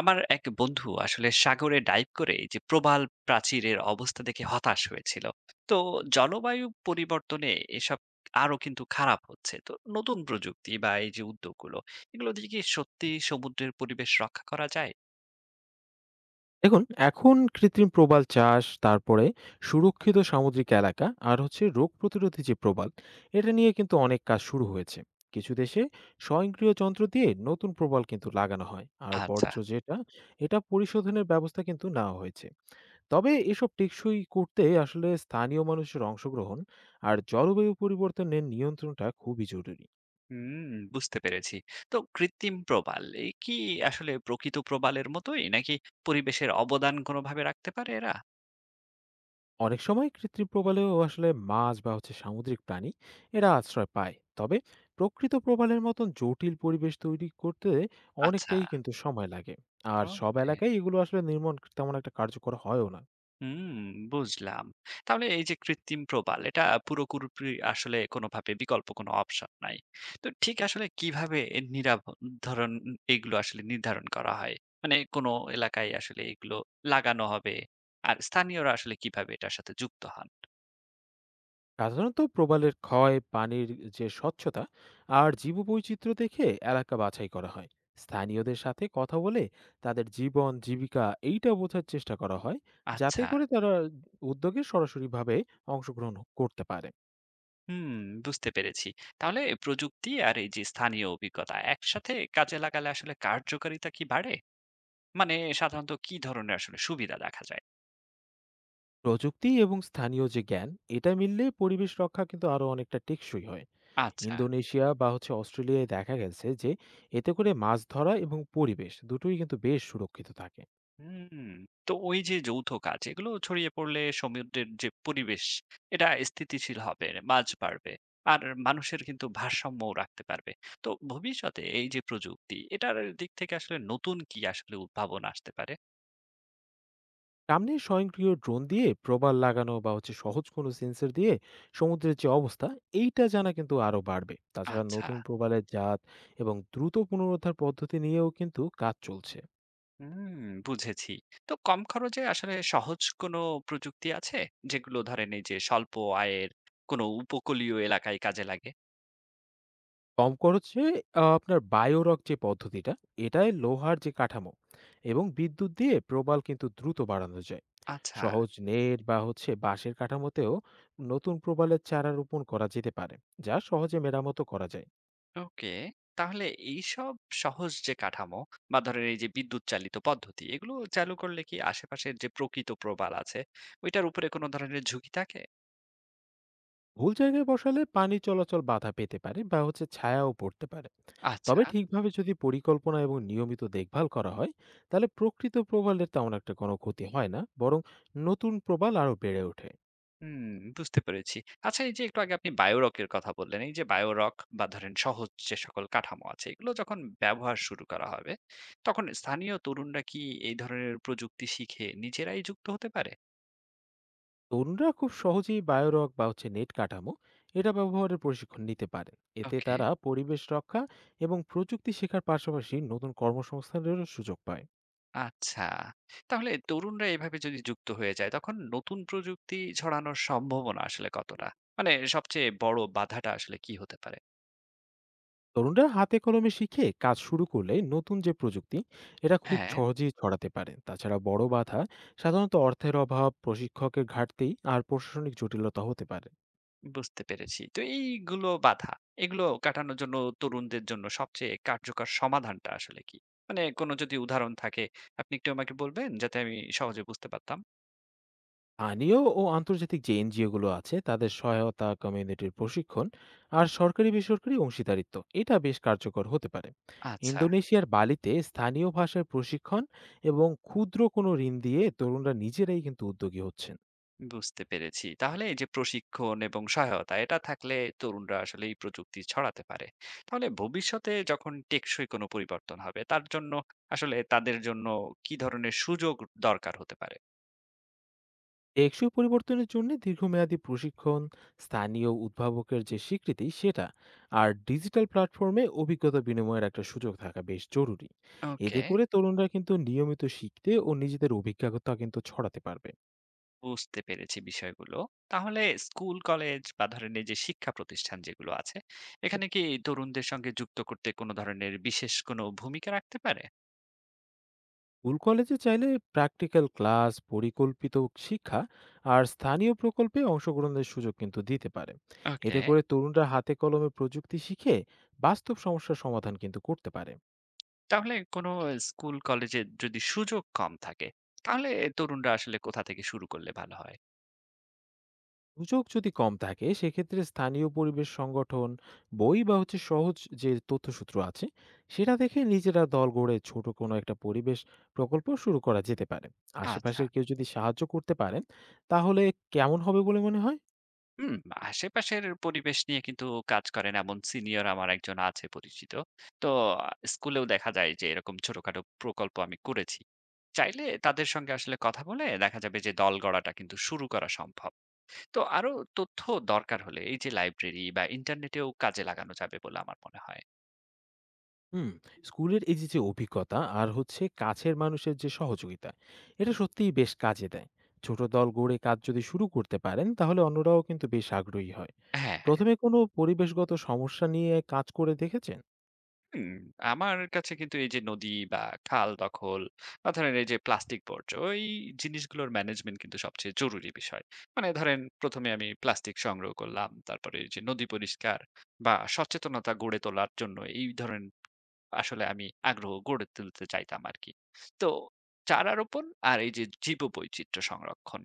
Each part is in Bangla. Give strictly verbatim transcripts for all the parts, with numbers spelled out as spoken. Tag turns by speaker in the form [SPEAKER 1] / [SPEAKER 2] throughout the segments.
[SPEAKER 1] আমার এক বন্ধু আসলে সাগরে ডাইভ করে এই যে প্রবাল প্রাচীরের অবস্থা দেখে হতাশ হয়েছিল। তো জলবায়ু পরিবর্তনে এসব আরো কিন্তু খারাপ হচ্ছে। তো নতুন প্রযুক্তি বা এই যে উদ্যোগগুলো, এগুলো দিয়ে কি সত্যি সমুদ্রের পরিবেশ রক্ষা করা যায়?
[SPEAKER 2] দেখুন, এখন কৃত্রিম প্রবাল চাষ, তারপরে সুরক্ষিত সামুদ্রিক এলাকা, আর হচ্ছে রোগ প্রতিরোধী যে প্রবাল, এটা নিয়ে কিন্তু অনেক কাজ শুরু হয়েছে কিছু দেশে। স্বয়ংক্রিয় যন্ত্র দিয়ে নতুন প্রবাল কিন্তু লাগানো হয়, আর
[SPEAKER 1] আচ্ছা।
[SPEAKER 2] বর্জ্য যেটা, এটা পরিশোধনের ব্যবস্থা কিন্তু নেওয়া হয়েছে। তবে এসব টেকসই করতে আসলে স্থানীয় মানুষের অংশগ্রহণ আর জলবায়ু পরিবর্তনের নিয়ন্ত্রণটা খুবই জরুরি।
[SPEAKER 1] হুম, বুঝতে পেরেছি। তো কৃত্রিম প্রবাল এ কি আসলে প্রকৃত প্রবালের মতোই, নাকি পরিবেশের অবদান কোনোভাবে রাখতে পারে এরা?
[SPEAKER 2] অনেক সময় কৃত্রিম প্রবালেও আসলে মাছ বা হচ্ছে সামুদ্রিক প্রাণী, এরা আশ্রয় পায়। তবে প্রকৃত প্রবালের মতন জটিল পরিবেশ তৈরি করতে
[SPEAKER 1] আচ্ছা।
[SPEAKER 2] অনেকটাই কিন্তু সময় লাগে। আর
[SPEAKER 1] ও,
[SPEAKER 2] সব এলাকায় এগুলো আসলে নির্মাণ তেমন একটা কার্যকর হয়ও না।
[SPEAKER 1] হুম, বুঝলাম। তাহলে এই যে কৃত্রিম প্রবাল, এটা পুরোপুরি আসলে কোনোভাবে বিকল্প কোনো অপশন নাই। তো ঠিক আসলে কিভাবে এ নিরাভ ধরন এগুলো আসলে নির্ধারণ করা হয়? মানে কোনো এলাকায় আসলে এগুলো লাগানো হবে, আর স্থানীয়রা আসলে কিভাবে এটার সাথে যুক্ত হন?
[SPEAKER 2] সাধারণত প্রবালের ক্ষয়, পানির যে স্বচ্ছতা আর জীববৈচিত্র্য দেখে এলাকা বাছাই করা হয়। স্থানীয়দের সাথে কথা বলে তাদের জীবন জীবিকা এইটা বোঝার চেষ্টা করা হয়, যাতে
[SPEAKER 1] আচ্ছা।
[SPEAKER 2] করে তারা উদ্যোগে সরাসরিভাবে অংশগ্রহণ করতে পারে।
[SPEAKER 1] হুম, বুঝতে পেরেছি। তাহলে প্রযুক্তি আর এই যে স্থানীয় অভিজ্ঞতা একসাথে কাজে লাগালে আসলে কার্যকারিতা কি বাড়ে? মানে সাধারণত কি ধরনের আসলে সুবিধা দেখা যায়?
[SPEAKER 2] প্রযুক্তি এবং স্থানীয় যে জ্ঞান, এটা মিললে পরিবেশ রক্ষা কিন্তু আরো অনেকটা টেকসই হয়।
[SPEAKER 1] আচ্ছা।
[SPEAKER 2] ইন্দোনেশিয়া বা হচ্ছে অস্ট্রেলিয়ায় দেখা গেছে যে এতে করে মাছ ধরা এবং পরিবেশ দুটোই কিন্তু বেশ সুরক্ষিত থাকে।
[SPEAKER 1] হুম, তো ওই যে যৌথ কাজ এগুলো ছড়িয়ে পড়লে সমুদ্রের যে পরিবেশ এটা স্থিতিশীল হবে, মাছ বাড়বে, আর মানুষের কিন্তু ভারসাম্য রাখতে পারবে। তো ভবিষ্যতে এই যে প্রযুক্তি এটার দিক থেকে আসলে নতুন কি আসলে উদ্ভাবন আসতে পারে?
[SPEAKER 2] সামনে স্বয়ংক্রিয় ড্রোন দিয়ে প্রবাল লাগানো বা হচ্ছে সহজ কোনো সেন্সর দিয়ে সমুদ্রের যে অবস্থা, এইটা জানা কিন্তু আরো বাড়বে। তাছাড়া
[SPEAKER 1] আচ্ছা।
[SPEAKER 2] নতুন প্রবালের জাত এবং দ্রুত পুনরুদ্ধার পদ্ধতি নিয়েও কিন্তু কাজ চলছে।
[SPEAKER 1] হুম, বুঝেছি। তো কম খরচে আসলে সহজ কোনো প্রযুক্তি আছে যেগুলো ধরেন এই যে স্বল্প আয়ের কোনো উপকূলীয় এলাকায় কাজে লাগে?
[SPEAKER 2] কম খরচে, আ আপনার বায়োরক যে পদ্ধতিটা, এটায় লোহার যে কাঠামো এবং বিদ্যুৎ দিয়ে প্রবাল কিন্তু দ্রুত বাড়ানো যায়।
[SPEAKER 1] আচ্ছা।
[SPEAKER 2] সহজ নেট বা হচ্ছে বাঁশের কাঠামোতেও নতুন প্রবালের চারা রোপণ করা যেতে পারে, যা সহজে মেরামতও করা যায়।
[SPEAKER 1] ওকে। তাহলে এইসব সহজ যে কাঠামো বা ধরেন এই যে বিদ্যুৎ চালিত পদ্ধতি এগুলো চালু করলে কি আশেপাশের যে প্রকৃত প্রবাল আছে ওইটার উপরে কোনো ধরনের ঝুঁকি থাকে?
[SPEAKER 2] ভুল জায়গায় বসালে পানি চলাচল বাধা পেতে পারে বা হচ্ছে ছায়াও পড়তে পারে।
[SPEAKER 1] আচ্ছা।
[SPEAKER 2] তবে ঠিকভাবে যদি পরিকল্পনা এবং নিয়মিত দেখভাল করা হয়, তাহলে প্রকৃত প্রবালের তেমন একটা কোনো ক্ষতি হয় না, বরং নতুন প্রবাল আরও বেড়ে ওঠে।
[SPEAKER 1] হুম, বুঝতে পেরেছি। আচ্ছা, এই যে একটু আগে আপনি বায়োরকের কথা বললেন। এই যে বায়োরক বা ধরেন সহজ যে সকল কাঠামো আছে এগুলো যখন ব্যবহার শুরু করা হবে তখন স্থানীয় তরুণরা কি এই ধরনের প্রযুক্তি শিখে নিজেরাই যুক্ত হতে পারে?
[SPEAKER 2] তরুণরা খুব সহজেই বায়োরক বা হচ্ছে নেট কাঠামো, এটা ব্যবহারের প্রশিক্ষণ নিতে পারেন। এতে
[SPEAKER 1] ওকে।
[SPEAKER 2] তারা পরিবেশ রক্ষা এবং প্রযুক্তি শেখার পাশাপাশি নতুন কর্মসংস্থানেরও সুযোগ পায়।
[SPEAKER 1] আচ্ছা। তাহলে তরুণরা এভাবে যদি যুক্ত হয়ে যায়, তখন নতুন প্রযুক্তি ছড়ানোর সম্ভাবনা আসলে কতটা? মানে সবচেয়ে বড় বাধাটা আসলে কি হতে পারে?
[SPEAKER 2] তরুণরা হাতে কলমে শিখে কাজ শুরু করলে নতুন যে প্রযুক্তি, এটা খুব
[SPEAKER 1] হ্যাঁ,
[SPEAKER 2] সহজেই ছড়াতে পারে। তাছাড়া বড় বাধা সাধারণত অর্থের অভাব, প্রশিক্ষকের ঘাটতি আর প্রশাসনিক জটিলতা হতে পারে।
[SPEAKER 1] বুঝতে পেরেছি। তো এইগুলো বাধা, এগুলো কাটানোর জন্য তরুণদের জন্য সবচেয়ে কার্যকর সমাধানটা আসলে কি? মানে কোনো যদি উদাহরণ থাকে, আপনি একটু আমাকে বলবেন? যাতে আমি সহজে বুঝতে পারতাম।
[SPEAKER 2] স্থানীয় ও আন্তর্জাতিক যে এনজিওগুলো আছে, তাদের সহায়তা, কমিউনিটির প্রশিক্ষণ আর সরকারি বেসরকারি অংশীদারিত্ব, এটা বেশ কার্যকর হতে পারে।
[SPEAKER 1] আচ্ছা।
[SPEAKER 2] ইন্দোনেশিয়ার বালিতে স্থানীয় ভাষার প্রশিক্ষণ এবং ক্ষুদ্র কোনো ঋণ দিয়ে তরুণরা নিজেরাই কিন্তু উদ্যোগী হচ্ছেন।
[SPEAKER 1] বুঝতে পেরেছি। তাহলে এই যে প্রশিক্ষণ এবং সহায়তা এটা থাকলে তরুণরা আসলে এই প্রযুক্তি ছড়াতে পারে। তাহলে ভবিষ্যতে যখন টেকসই কোনো পরিবর্তন হবে তার জন্য আসলে তাদের জন্য কি ধরনের সুযোগ দরকার হতে পারে?
[SPEAKER 2] টেকসই পরিবর্তনের জন্য দীর্ঘমেয়াদী প্রশিক্ষণ, স্থানীয় উদ্ভাবকের যে স্বীকৃতি সেটা, আর ডিজিটাল প্ল্যাটফর্মে অভিজ্ঞতা বিনিময়ের একটা সুযোগ থাকা বেশ জরুরি।
[SPEAKER 1] ওকে,
[SPEAKER 2] এতে করে তরুণরা কিন্তু নিয়মিত শিখতে ও নিজেদের অভিজ্ঞতা কিন্তু ছড়াতে পারবে।
[SPEAKER 1] বুঝতে পেরেছি বিষয়গুলো। তাহলে স্কুল, কলেজ বা ধরেন এই যে শিক্ষা প্রতিষ্ঠান যেগুলো আছে এখানে কি তরুণদের সঙ্গে যুক্ত করতে কোনো ধরনের বিশেষ কোনো ভূমিকা রাখতে পারে?
[SPEAKER 2] স্কুল কলেজে চাইলে প্র্যাকটিক্যাল ক্লাস, পরিকল্পিত শিক্ষা আর স্থানীয় প্রকল্পে অংশগ্রহণের সুযোগ কিন্তু দিতে পারে।
[SPEAKER 1] ওকে।
[SPEAKER 2] এতে করে তরুণরা হাতে কলমে প্রযুক্তি শিখে বাস্তব সমস্যার সমাধান কিন্তু করতে পারে।
[SPEAKER 1] তাহলে কোনো স্কুল কলেজে যদি সুযোগ কম থাকে তাহলে তরুণরা আসলে কোথা থেকে শুরু করলে ভালো হয়?
[SPEAKER 2] সুযোগ যদি কম থাকে, সেক্ষেত্রে স্থানীয় পরিবেশ সংগঠন, বই বা হচ্ছে সহজ যে তথ্যসূত্র আছে, সেটা দেখে নিজেরা দল গড়ে ছোট কোনো একটা পরিবেশ প্রকল্প শুরু করা যেতে পারে।
[SPEAKER 1] আচ্ছা।
[SPEAKER 2] আশেপাশের কেউ যদি সাহায্য করতে পারেন, তাহলে কেমন হবে বলে মনে হয়?
[SPEAKER 1] হুম, আশেপাশের পরিবেশ নিয়ে কিন্তু কাজ করেন এমন সিনিয়র আমার একজন আছে পরিচিত। তো স্কুলেও দেখা যায় যে এরকম ছোটখাটো প্রকল্প আমি করেছি। চাইলে তাদের সঙ্গে আসলে কথা বলে দেখা যাবে যে দল গড়াটা কিন্তু শুরু করা সম্ভব। তো আরো তথ্য দরকার হলে এই যে লাইব্রেরি বা ইন্টারনেটেও কাজে লাগানো যাবে বলে আমার মনে হয়।
[SPEAKER 2] হুম। স্কুলের এই যে যে অভিজ্ঞতা আর হচ্ছে কাছের মানুষের যে সহযোগিতা, এটা সত্যিই বেশ কাজে দেয়। ছোট দল গড়ে কাজ যদি শুরু করতে পারেন, তাহলে অন্যরাও কিন্তু বেশ আগ্রহী হয়।
[SPEAKER 1] হ্যাঁ।
[SPEAKER 2] প্রথমে কোনো পরিবেশগত সমস্যা নিয়ে কাজ করে দেখেছেন?
[SPEAKER 1] হুম, আমার কাছে কিন্তু এই যে নদী বা খাল দখল বা ধরেন এই যে প্লাস্টিক বর্জ্য এই জিনিসগুলোর ম্যানেজমেন্ট কিন্তু সবচেয়ে জরুরি বিষয়। মানে ধরেন প্রথমে আমি প্লাস্টিক সংগ্রহ করলাম, তারপরে এই যে নদী পরিষ্কার বা সচেতনতা গড়ে তোলার জন্য এই ধরেন আসলে আমি আগ্রহ গড়ে তুলতে চাইতাম আর কি। তো চারা রোপণ আর এই যে জীব সংরক্ষণ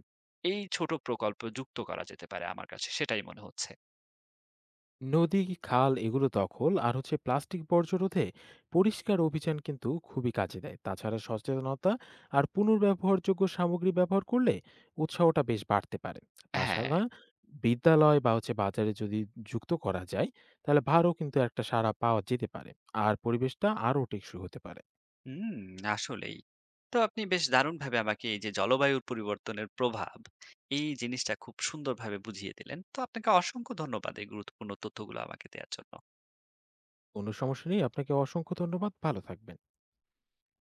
[SPEAKER 1] এই ছোট প্রকল্প যুক্ত করা যেতে পারে, আমার কাছে সেটাই মনে হচ্ছে।
[SPEAKER 2] নদী, খাল, এগুলো দখল আর হচ্ছে প্লাস্টিক বর্জ্য রোধে পরিষ্কার অভিযান কিন্তু খুবই কাজে দেয়। তাছাড়া সচেতনতা আর পুনর্ব্যবহারযোগ্য সামগ্রী ব্যবহার করলে উৎসাহটা বেশ বাড়তে পারে।
[SPEAKER 1] হ্যাঁ।
[SPEAKER 2] তাছাড়া বিদ্যালয় বা হচ্ছে বাজারে যদি যুক্ত করা যায়, তাহলে ভারও কিন্তু একটা সাড়া পাওয়া যেতে পারে আর পরিবেশটা আরও টেকসই হতে পারে।
[SPEAKER 1] হুম, আসলেই। তো আপনি বেশ দারুণভাবে আমাকে এই যে জলবায়ুর পরিবর্তনের প্রভাব, এই জিনিসটা খুব সুন্দরভাবে বুঝিয়ে দিলেন। তো আপনাকে অসংখ্য ধন্যবাদ এই গুরুত্বপূর্ণ তথ্যগুলো আমাকে দেয়ার জন্য।
[SPEAKER 2] কোনো সমস্যা নেই, আপনাকে অসংখ্য ধন্যবাদ, ভালো থাকবেন।